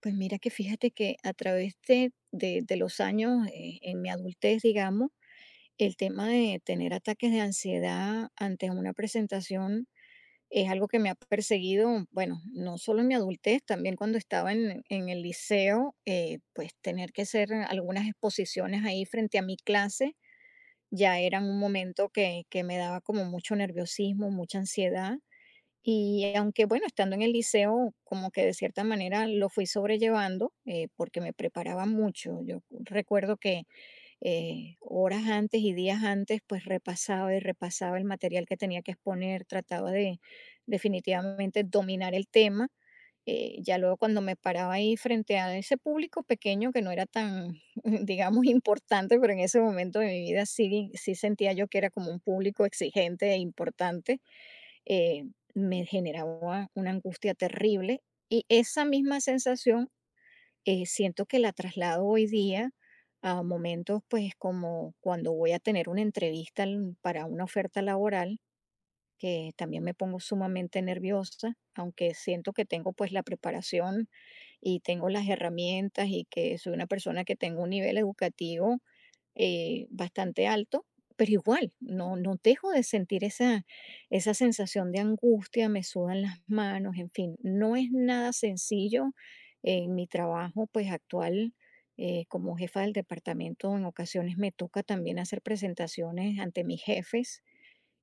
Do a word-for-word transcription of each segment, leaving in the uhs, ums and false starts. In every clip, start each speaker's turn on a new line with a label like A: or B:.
A: Pues mira que fíjate que a través de, de- de los años, eh, en mi adultez, digamos, el tema de tener ataques de ansiedad ante una presentación es algo que me ha perseguido. Bueno, no solo en mi adultez, también cuando estaba en, en el liceo, eh, pues tener que hacer algunas exposiciones ahí frente a mi clase ya era un momento que, que me daba como mucho nerviosismo, mucha ansiedad. Y aunque, bueno, estando en el liceo, como que de cierta manera lo fui sobrellevando, eh, porque me preparaba mucho. Yo recuerdo que eh, horas antes y días antes, pues repasaba y repasaba el material que tenía que exponer, trataba de definitivamente dominar el tema. Eh, ya luego cuando me paraba ahí frente a ese público pequeño que no era tan, digamos, importante, pero en ese momento de mi vida sí, sí sentía yo que era como un público exigente e importante, eh, me generaba una angustia terrible. Y esa misma sensación, eh, siento que la traslado hoy día a momentos pues como cuando voy a tener una entrevista al- para una oferta laboral, que también me pongo sumamente nerviosa, aunque siento que tengo pues la preparación y tengo las herramientas y que soy una persona que tengo un nivel educativo eh, bastante alto, pero igual, no, no dejo de sentir esa, esa sensación de angustia, me sudan las manos, en fin, no es nada sencillo en mi trabajo pues actual. Eh, como jefa del departamento, en ocasiones me toca también hacer presentaciones ante mis jefes,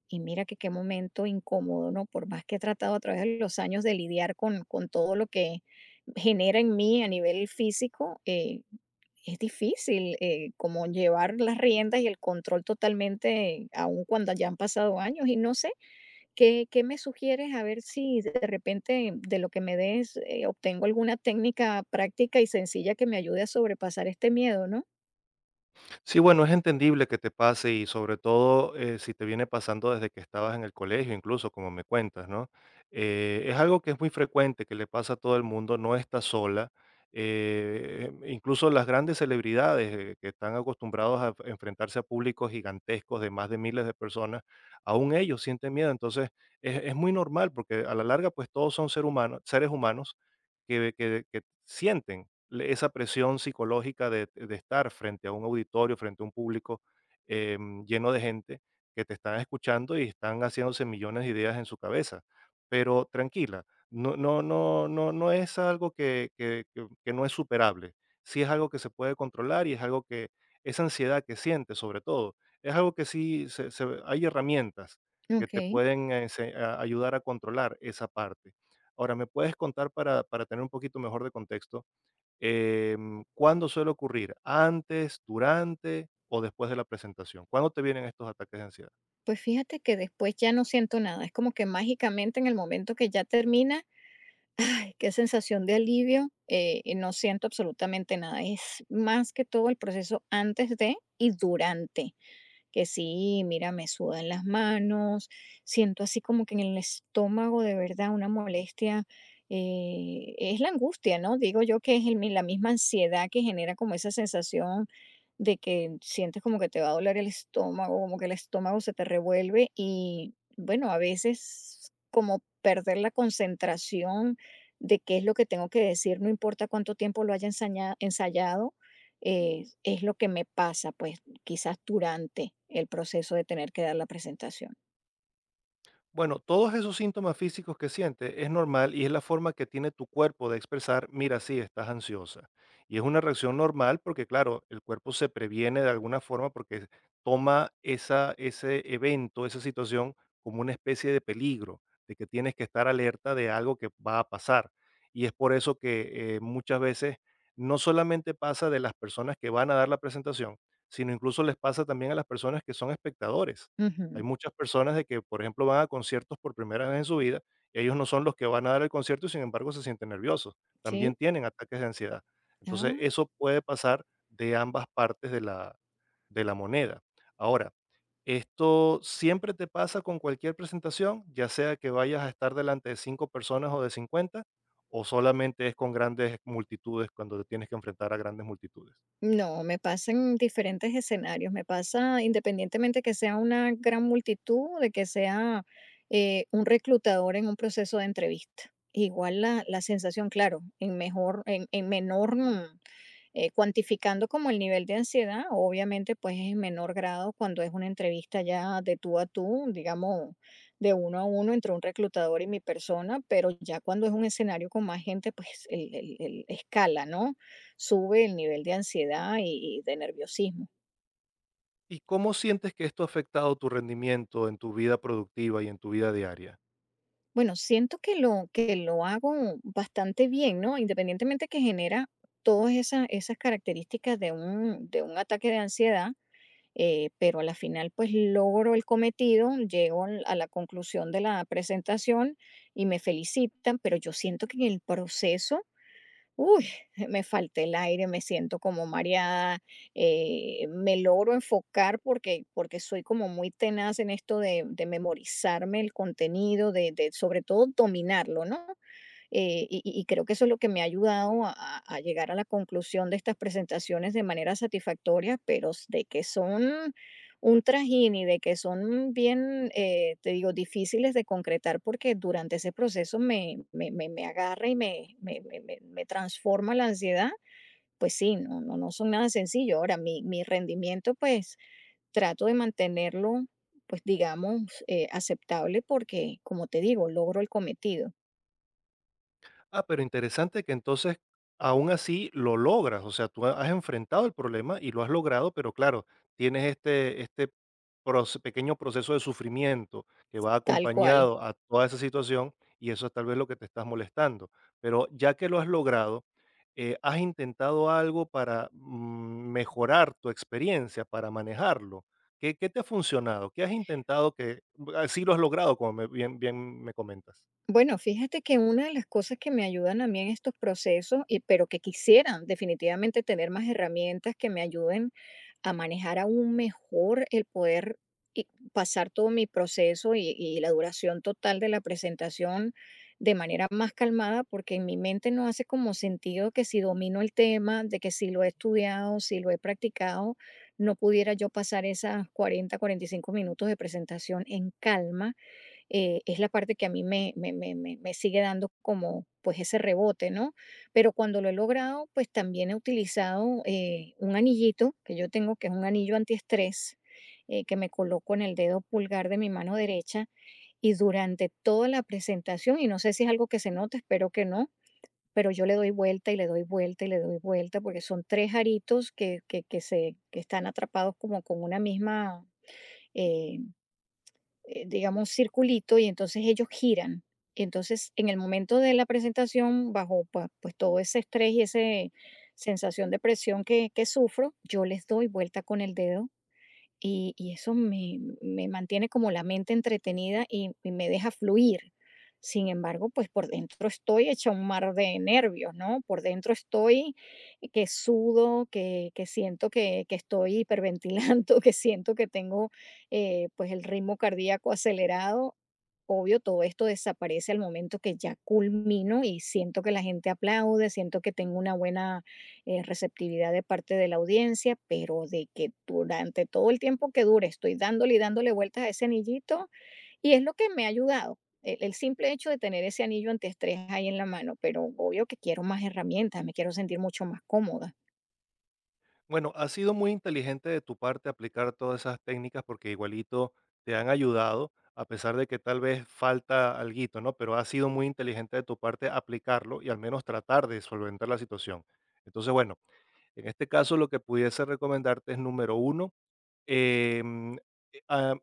A: y mira que qué momento incómodo, ¿no? Por más que he tratado a través de los años de lidiar con, con todo lo que genera en mí a nivel físico, eh, es difícil, eh, como llevar las riendas y el control totalmente, aun cuando ya han pasado años. Y no sé, ¿qué, qué me sugieres? A ver si de repente de lo que me des eh, obtengo alguna técnica práctica y sencilla que me ayude a sobrepasar este miedo, ¿no?
B: Sí, bueno, es entendible que te pase y sobre todo eh, si te viene pasando desde que estabas en el colegio, incluso como me cuentas, ¿no? Eh, es algo que es muy frecuente, que le pasa a todo el mundo, no estás sola. Eh, incluso las grandes celebridades eh, que están acostumbrados a enfrentarse a públicos gigantescos de más de miles de personas, aún ellos sienten miedo. Entonces, es, es muy normal porque a la larga, pues todos son ser humano- seres humanos que que que sienten le esa presión psicológica de de estar frente a un auditorio, frente a un público, em, lleno de gente que te están escuchando y están haciéndose millones de ideas en su cabeza. Pero tranquila, no no no no no es algo que que que que no es superable. Sí es algo que se puede controlar y es algo que esa ansiedad que sientes, sobre todo, es algo que sí se se hay herramientas que
A: Ok,
B: te pueden ense a ayudar a controlar esa parte. Ahora, ¿me puedes contar para, para tener un poquito mejor de contexto, em, cuándo suele ocurrir? ¿Antes, durante o después de la presentación? ¿Cuándo te vienen estos ataques de ansiedad?
A: pues fíjate que después ya no siento nada, es como que mágicamente en el momento que ya termina, ay, qué sensación de alivio. Eh, y no siento absolutamente nada. Es más que todo el proceso antes de y durante. Que sí, mira, me sudan las manos, siento así como que en el estómago de verdad una molestia. Eh, es la angustia, ¿no? Digo yo que es el mi- la misma ansiedad que genera como esa sensación de que sientes como que te va a doler el estómago, como que el estómago se te revuelve. Y bueno, a veces como perder la concentración de qué es lo que tengo que decir, no importa cuánto tiempo lo haya ensaña- ensayado. Eh, es lo que me pasa, pues quizás durante el proceso de tener que dar la presentación.
B: Bueno, todos esos síntomas físicos que sientes es normal y es la forma que tiene tu cuerpo de expresar, mira, sí, estás ansiosa. Y es una reacción normal porque, claro, el cuerpo se previene de alguna forma porque toma esa, ese evento, esa situación como una especie de peligro, de que tienes que estar alerta de algo que va a pasar. Y es por eso que eh, muchas veces no solamente pasa de las personas que van a dar la presentación, sino incluso les pasa también a las personas que son espectadores
A: Ujú.
B: hay muchas personas de que, por ejemplo, van a conciertos por primera vez en su vida, ellos no son los que van a dar el concierto y sin embargo se sienten nerviosos,
A: ¿Sí?
B: también tienen ataques de ansiedad. Entonces,
A: Ah,
B: eso puede pasar de ambas partes de la, de la moneda. Ahora, esto siempre te pasa con cualquier presentación, ya sea que vayas a estar delante de cinco personas o de cincuenta o solamente es con grandes multitudes cuando te tienes que enfrentar a grandes multitudes.
A: no, me pasa en diferentes escenarios, me pasa independientemente que sea una gran multitud, de que sea eh, un reclutador en un proceso de entrevista. Igual la, la sensación, claro, en mejor, en, en menor mm, Eh, cuantificando como el nivel de ansiedad, obviamente pues es en menor grado cuando es una entrevista ya de tú a tú, digamos, de uno a uno entre un reclutador y mi persona, pero ya cuando es un escenario con más gente, pues el, el- el escala, ¿no? Sube el nivel de ansiedad y, y de nerviosismo.
B: ¿Y cómo sientes que esto ha afectado tu rendimiento en tu vida productiva y en tu vida diaria?
A: Bueno, siento que lo, que lo hago bastante bien, ¿no? Independientemente que genera todas esas, esas características de un, de un ataque de ansiedad. Eh, pero a la final, pues logro el cometido, llego al- a la conclusión de la presentación y me felicitan, pero yo siento que en el proceso, uy, me falta el aire, me siento como mareada. Eh, me logro enfocar porque, porque soy como muy tenaz en esto de, de memorizarme el contenido, de, de sobre todo dominarlo, ¿no? Eh, y, y- creo que eso es lo que me ha ayudado a, a- a llegar a la conclusión de estas presentaciones de manera satisfactoria, pero s- de que son un trajín y de que son bien, eh, te digo, difíciles de concretar porque durante ese proceso me, me, me- me agarra y me, me, me- me- me transforma la ansiedad, pues sí, no, no, no son nada sencillo. Ahora, mi, mi rendimiento, pues trato de mantenerlo, pues digamos, eh, aceptable porque, como te digo, logro el cometido,
B: Ah, pero interesante que entonces aún así lo logras, o sea, tú ha- has enfrentado el problema y lo has logrado, pero claro, tienes este, este proce- pequeño proceso de sufrimiento que va
A: tal cual.
B: acompañado a toda esa situación y eso es tal vez lo que te estás molestando. Pero ya que lo has logrado, eh, ¿has intentado algo para mm, mejorar tu experiencia, para manejarlo? ¿Qué, qué te ha funcionado? ¿Qué has intentado que así lo has logrado, como me- bien, bien me comentas?
A: Bueno, fíjate que una de las cosas que me ayudan a mí en estos procesos, y, pero que quisieran definitivamente tener más herramientas que me ayuden a manejar aún mejor el poder y pasar todo mi proceso y, y la duración total de la presentación de manera más calmada, porque en mi mente no hace como sentido que si domino el tema, de que si lo he estudiado, si lo he practicado, no pudiera yo pasar esas cuarenta, cuarenta y cinco minutos de presentación en calma. Eh, es la parte que a mí me, me, me, me- me sigue dando como pues ese rebote, ¿no? Pero cuando lo he logrado, pues también he utilizado, eh, un anillito que yo tengo, que es un anillo antiestrés, eh, que me coloco en el dedo pulgar de mi mano derecha y durante toda la presentación, y no sé si es algo que se nota, espero que no, pero yo le doy vuelta y le doy vuelta y le doy vuelta porque son tres aritos que, que, que se, que están atrapados como con una misma... eh, eh, digamos, un circulito y entonces ellos giran. Y entonces, en el momento de la presentación, bajo pa- pues, todo ese estrés y esa sensación de presión que, que sufro, yo les doy vuelta con el dedo, y, y eso me, me mantiene como la mente entretenida y, y me deja fluir. Sin embargo, pues por dentro estoy hecha un mar de nervios, ¿no? Por dentro estoy que sudo, que, que siento que, que estoy hiperventilando, que siento que tengo eh, pues el ritmo cardíaco acelerado. Obvio, todo esto desaparece al momento que ya culmino y siento que la gente aplaude, siento que tengo una buena eh, receptividad de parte de la audiencia, pero de que durante todo el tiempo que dure estoy dándole y dándole vueltas a ese anillito y es lo que me ha ayudado. El, el simple hecho de tener ese anillo antiestrés ahí en la mano, pero obvio que quiero más herramientas, me quiero sentir mucho más cómoda.
B: Bueno, ha sido muy inteligente de tu parte aplicar todas esas técnicas porque igualito te han ayudado, a pesar de que tal vez falta alguito, ¿no? Pero ha sido muy inteligente de tu parte aplicarlo y al menos tratar de solventar la situación. Entonces, bueno, en este caso lo que pudiese recomendarte es número uno, em, eh, ah,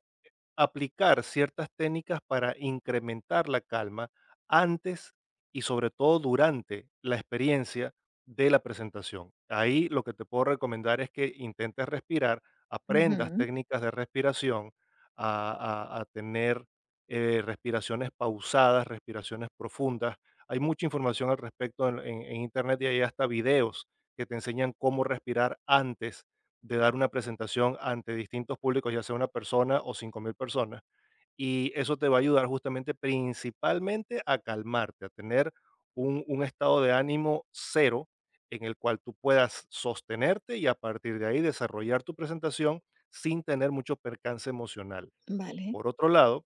B: aplicar ciertas técnicas para incrementar la calma antes y sobre todo durante la experiencia de la presentación. Ahí lo que te puedo recomendar es que intentes respirar, aprendas
A: Ujú.
B: técnicas de respiración, a, a- a tener eh, respiraciones pausadas, respiraciones profundas. Hay mucha información al respecto en, en- en Internet y hay hasta videos que te enseñan cómo respirar antes de dar una presentación ante distintos públicos, ya sea una persona o cinco mil personas. Y eso te va a ayudar justamente principalmente a calmarte, a tener un, un estado de ánimo cero en el cual tú puedas sostenerte y a partir de ahí desarrollar tu presentación sin tener mucho percance emocional.
A: Vale.
B: Por otro lado,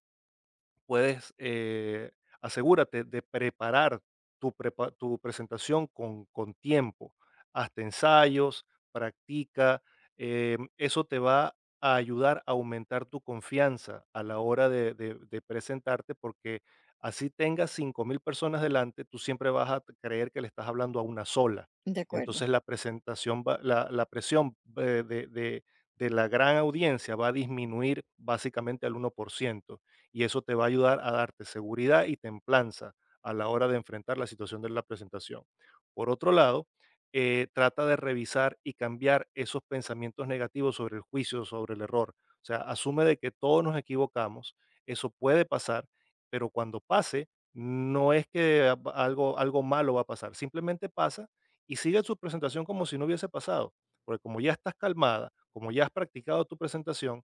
B: puedes, eh, asegúrate de preparar tu, prepa- tu presentación con, con tiempo. Hazte ensayos, practica. Eh, eso te va a ayudar a aumentar tu confianza a la hora de, de- de presentarte porque así tengas cinco mil personas delante, tú siempre vas a creer que le estás hablando a una sola.
A: De acuerdo.
B: Entonces la presentación, va- la, la presión eh, de, de de la gran audiencia va a disminuir básicamente al uno por ciento y eso te va a ayudar a darte seguridad y templanza a la hora de enfrentar la situación de la presentación. Por otro lado, eh, trata de revisar y cambiar esos pensamientos negativos sobre el juicio, sobre el error. O sea, asume de que todos nos equivocamos, eso puede pasar, pero cuando pase, no es que a- algo, algo malo va a pasar, simplemente pasa y sigue su presentación como si no hubiese pasado, porque como ya estás calmada, como ya has practicado tu presentación,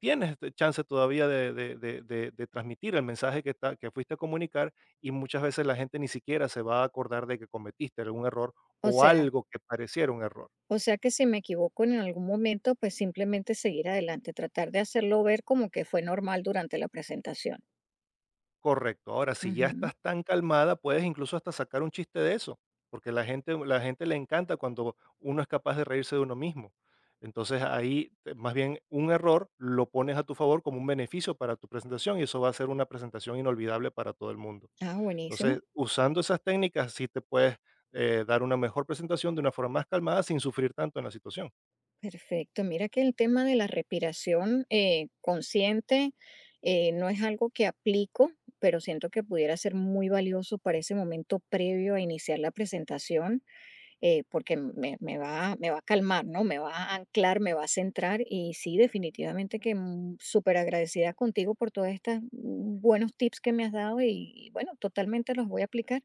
B: tienes t- chance todavía de, de- de- de- de transmitir el mensaje que, ta- que fuiste a comunicar y muchas veces la gente ni siquiera se va a acordar de que cometiste algún error
A: O
B: o
A: sea,
B: algo que pareciera un error.
A: o sea que si me equivoco en algún momento, pues simplemente seguir adelante, tratar de hacerlo ver como que fue normal durante la presentación.
B: Correcto. Ahora, si ya
A: Ujú.
B: estás tan calmada, puedes incluso hasta sacar un chiste de eso, porque la gente, la gente le encanta cuando uno es capaz de reírse de uno mismo. Entonces ahí, te- más bien, un error lo pones a tu favor como un beneficio para tu presentación y eso va a ser una presentación inolvidable para todo el mundo.
A: Ah, buenísimo.
B: Entonces, usando esas técnicas, sí te puedes eh, dar una mejor presentación de una forma más calmada sin sufrir tanto en la situación.
A: Perfecto. Mira que el tema de la respiración eh, consciente, eh, no es algo que aplico, pero siento que pudiera ser muy valioso para ese momento previo a iniciar la presentación, eh, porque me, me va, me va a calmar, ¿no? Me va a anclar, me va a centrar y sí, definitivamente que mm, súper agradecida contigo por todos estos mm, buenos tips que me has dado y bueno, totalmente los voy a aplicar.